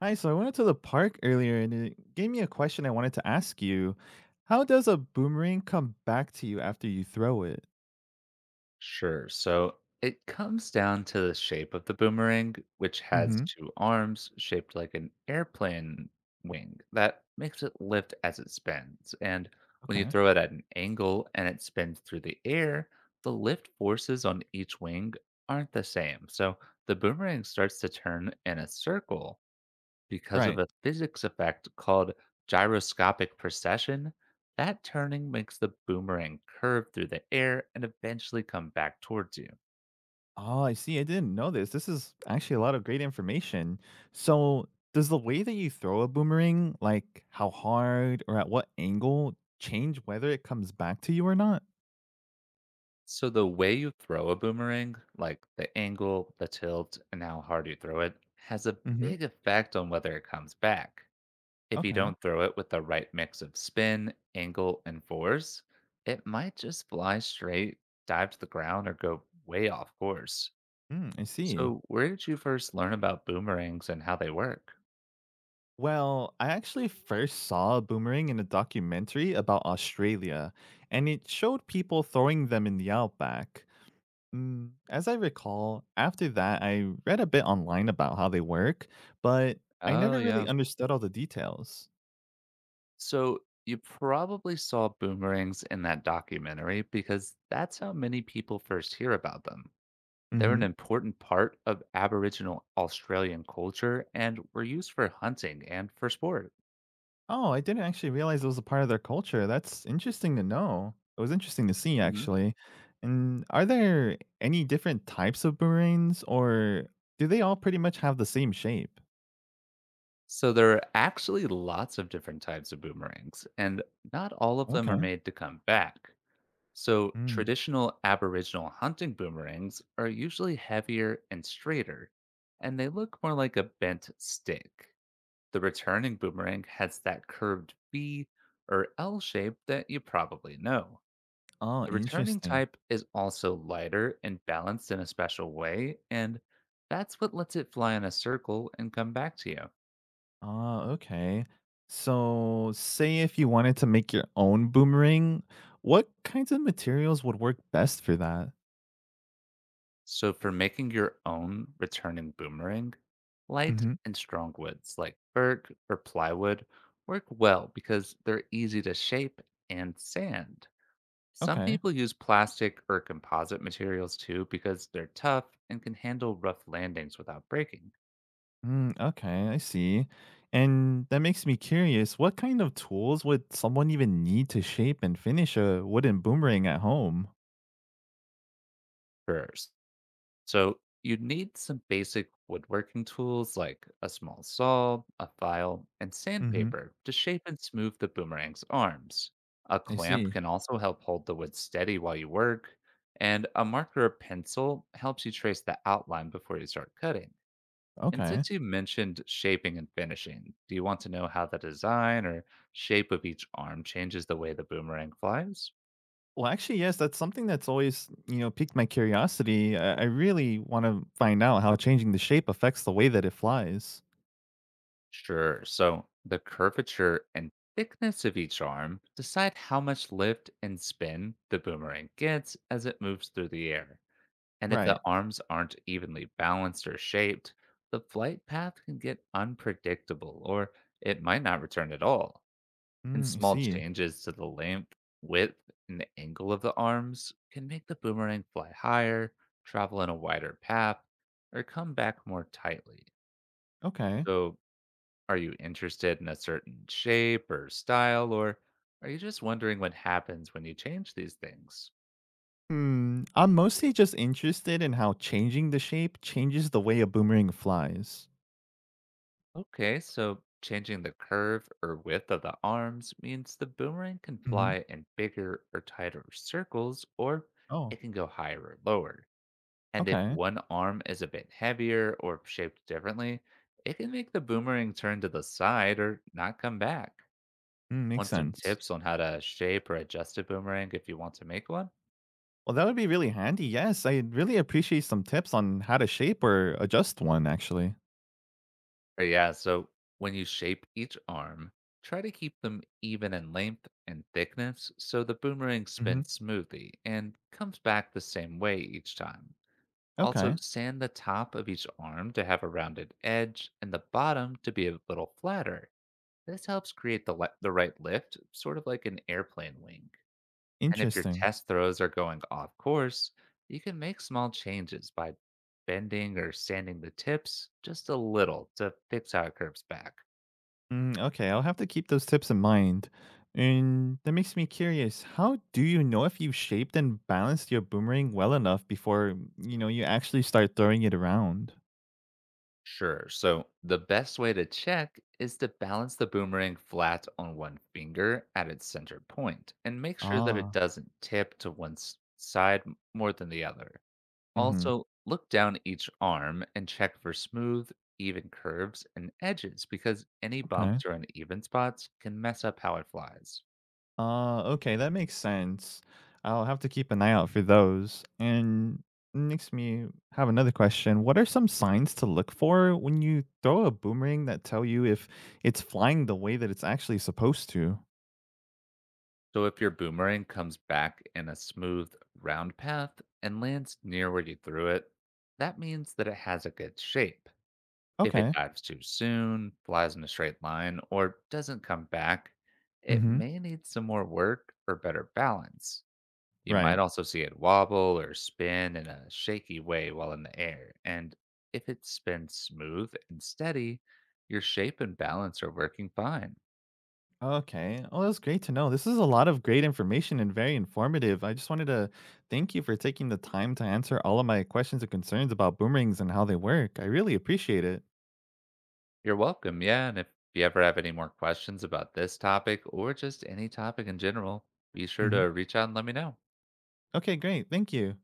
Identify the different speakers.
Speaker 1: Hi, so I went to the park earlier and it gave me a question I wanted to ask you. How does a boomerang come back to you after you throw it?
Speaker 2: Sure. So it comes down to the shape of the boomerang, which has
Speaker 1: Hmm.
Speaker 2: two arms shaped like an airplane wing that makes it lift as it spins. And when you
Speaker 1: Okay.
Speaker 2: throw it at an angle and it spins through the air, the lift forces on each wing aren't the same. So the boomerang starts to turn in a circle because of
Speaker 1: Right.
Speaker 2: a physics effect called gyroscopic precession. That turning makes the boomerang curve through the air and eventually come back towards you.
Speaker 1: Oh, I see. I didn't know this. This is actually a lot of great information. So, does the way that you throw a boomerang, like how hard or at what angle, change whether it comes back to you or not?
Speaker 2: So, the way you throw a boomerang, like the angle, the tilt, and how hard you throw it, has a big
Speaker 1: Hmm.
Speaker 2: effect on whether it comes back. If you
Speaker 1: Okay.
Speaker 2: don't throw it with the right mix of spin, angle, and force, it might just fly straight, dive to the ground, or go way off course.
Speaker 1: I see.
Speaker 2: So, where did you first learn about boomerangs and how they work?
Speaker 1: Well, I actually first saw a boomerang in a documentary about Australia, and it showed people throwing them in the outback. As I recall, after that, I read a bit online about how they work, but I
Speaker 2: Oh,
Speaker 1: never really
Speaker 2: yeah.
Speaker 1: understood all the details.
Speaker 2: So, you probably saw boomerangs in that documentary because that's how many people first hear about them. They're
Speaker 1: Hmm.
Speaker 2: an important part of Aboriginal Australian culture and were used for hunting and for sport.
Speaker 1: Oh, I didn't actually realize it was a part of their culture. That's interesting to know. It was interesting to see,
Speaker 2: hmm
Speaker 1: actually. And are there any different types of boomerangs, or do they all pretty much have the same shape?
Speaker 2: So, there are actually lots of different types of boomerangs, and not all of them are
Speaker 1: Okay.
Speaker 2: made to come back. So, traditional Aboriginal hunting boomerangs are usually heavier and straighter, and they look more like a bent stick. The returning boomerang has that curved V or L shape that you probably know.
Speaker 1: Oh,
Speaker 2: The returning
Speaker 1: interesting.
Speaker 2: type is also lighter and balanced in a special way, and that's what lets it fly in a circle and come back to you.
Speaker 1: Ah, okay. So, say if you wanted to make your own boomerang, what kinds of materials would work best for that?
Speaker 2: So for making your own returning boomerang, light
Speaker 1: Mhm.
Speaker 2: and strong woods like birch or plywood work well because they're easy to shape and sand. Some
Speaker 1: Okay.
Speaker 2: people use plastic or composite materials too because they're tough and can handle rough landings without breaking.
Speaker 1: Okay, I see. And that makes me curious, what kind of tools would someone even need to shape and finish a wooden boomerang at home?
Speaker 2: For So you need some basic woodworking tools like a small saw, a file, and
Speaker 1: Mhm.
Speaker 2: sandpaper to shape and smooth the boomerang's arms. A
Speaker 1: I
Speaker 2: clamp
Speaker 1: see.
Speaker 2: can also help hold the wood steady while you work, and a marker or pencil helps you trace the outline before you start cutting. And
Speaker 1: Okay.
Speaker 2: since you mentioned shaping and finishing, do you want to know how the design or shape of each arm changes the way the boomerang flies?
Speaker 1: Well, actually, yes, that's something that's always, piqued my curiosity. I really want to find out how changing the shape affects the way that it flies.
Speaker 2: Sure. So the curvature and thickness of each arm decide how much lift and spin the boomerang gets as it moves through the air. And if the
Speaker 1: Right.
Speaker 2: arms aren't evenly balanced or shaped, the flight path can get unpredictable or it might not return at all. And
Speaker 1: I
Speaker 2: small
Speaker 1: see.
Speaker 2: changes to the length, width, and angle of the arms can make the boomerang fly higher, travel in a wider path, or come back more tightly.
Speaker 1: Okay.
Speaker 2: So are you interested in a certain shape or style, or are you just wondering what happens when you change these things?
Speaker 1: Hmm. I'm mostly just interested in how changing the shape changes the way a boomerang flies.
Speaker 2: Okay, so changing the curve or width of the arms means the boomerang can
Speaker 1: Hmm.
Speaker 2: fly in bigger or tighter circles, or
Speaker 1: Oh,
Speaker 2: it can go higher or lower. And if
Speaker 1: okay.
Speaker 2: one arm is a bit heavier or shaped differently, it can make the boomerang turn to the side or not come back.
Speaker 1: Makes
Speaker 2: Want some
Speaker 1: sense.
Speaker 2: tips on how to shape or adjust a boomerang if you want to make one?
Speaker 1: Well, that would be really handy. Yes, I really appreciate some tips on how to shape or adjust one, actually.
Speaker 2: Yeah, so when you shape each arm, try to keep them even in length and thickness so the boomerang
Speaker 1: Hmm.
Speaker 2: spins smoothly and comes back the same way each time. Also,
Speaker 1: Okay.
Speaker 2: sand the top of each arm to have a rounded edge and the bottom to be a little flatter. This helps create the right lift, sort of like an airplane wing. And if your
Speaker 1: Interesting.
Speaker 2: test throws are going off course, you can make small changes by bending or sanding the tips just a little to fix how it curves back.
Speaker 1: Okay, I'll have to keep those tips in mind. And that makes me curious. How do you know if you've shaped and balanced your boomerang well enough before, you actually start throwing it around?
Speaker 2: Sure. So the best way to check is to balance the boomerang flat on one finger at its center point and make sure that it
Speaker 1: Ah,
Speaker 2: doesn't tip to one side more than the other.
Speaker 1: mhm.
Speaker 2: Also, look down each arm and check for smooth, even curves and edges because any
Speaker 1: Okay.
Speaker 2: bumps or uneven spots can mess up how it flies.
Speaker 1: Okay, that makes sense. I'll have to keep an eye out for those. And makes me have another question. What are some signs to look for when you throw a boomerang that tell you if it's flying the way that it's actually supposed to?
Speaker 2: So if your boomerang comes back in a smooth, round path and lands near where you threw it, that means that it has a good shape. If it
Speaker 1: Okay.
Speaker 2: dives too soon, flies in a straight line, or doesn't come back, it
Speaker 1: Mm-hmm.
Speaker 2: may need some more work or better balance. You might
Speaker 1: Right.
Speaker 2: also see it wobble or spin in a shaky way while in the air. And if it spins smooth and steady, your shape and balance are working fine.
Speaker 1: Okay. Oh, that's great to know. This is a lot of great information and very informative. I just wanted to thank you for taking the time to answer all of my questions and concerns about boomerangs and how they work. I really appreciate it.
Speaker 2: You're welcome. Yeah. And if you ever have any more questions about this topic or just any topic in general, be sure
Speaker 1: Hmm.
Speaker 2: to reach out and let me know.
Speaker 1: Okay, great. Thank you.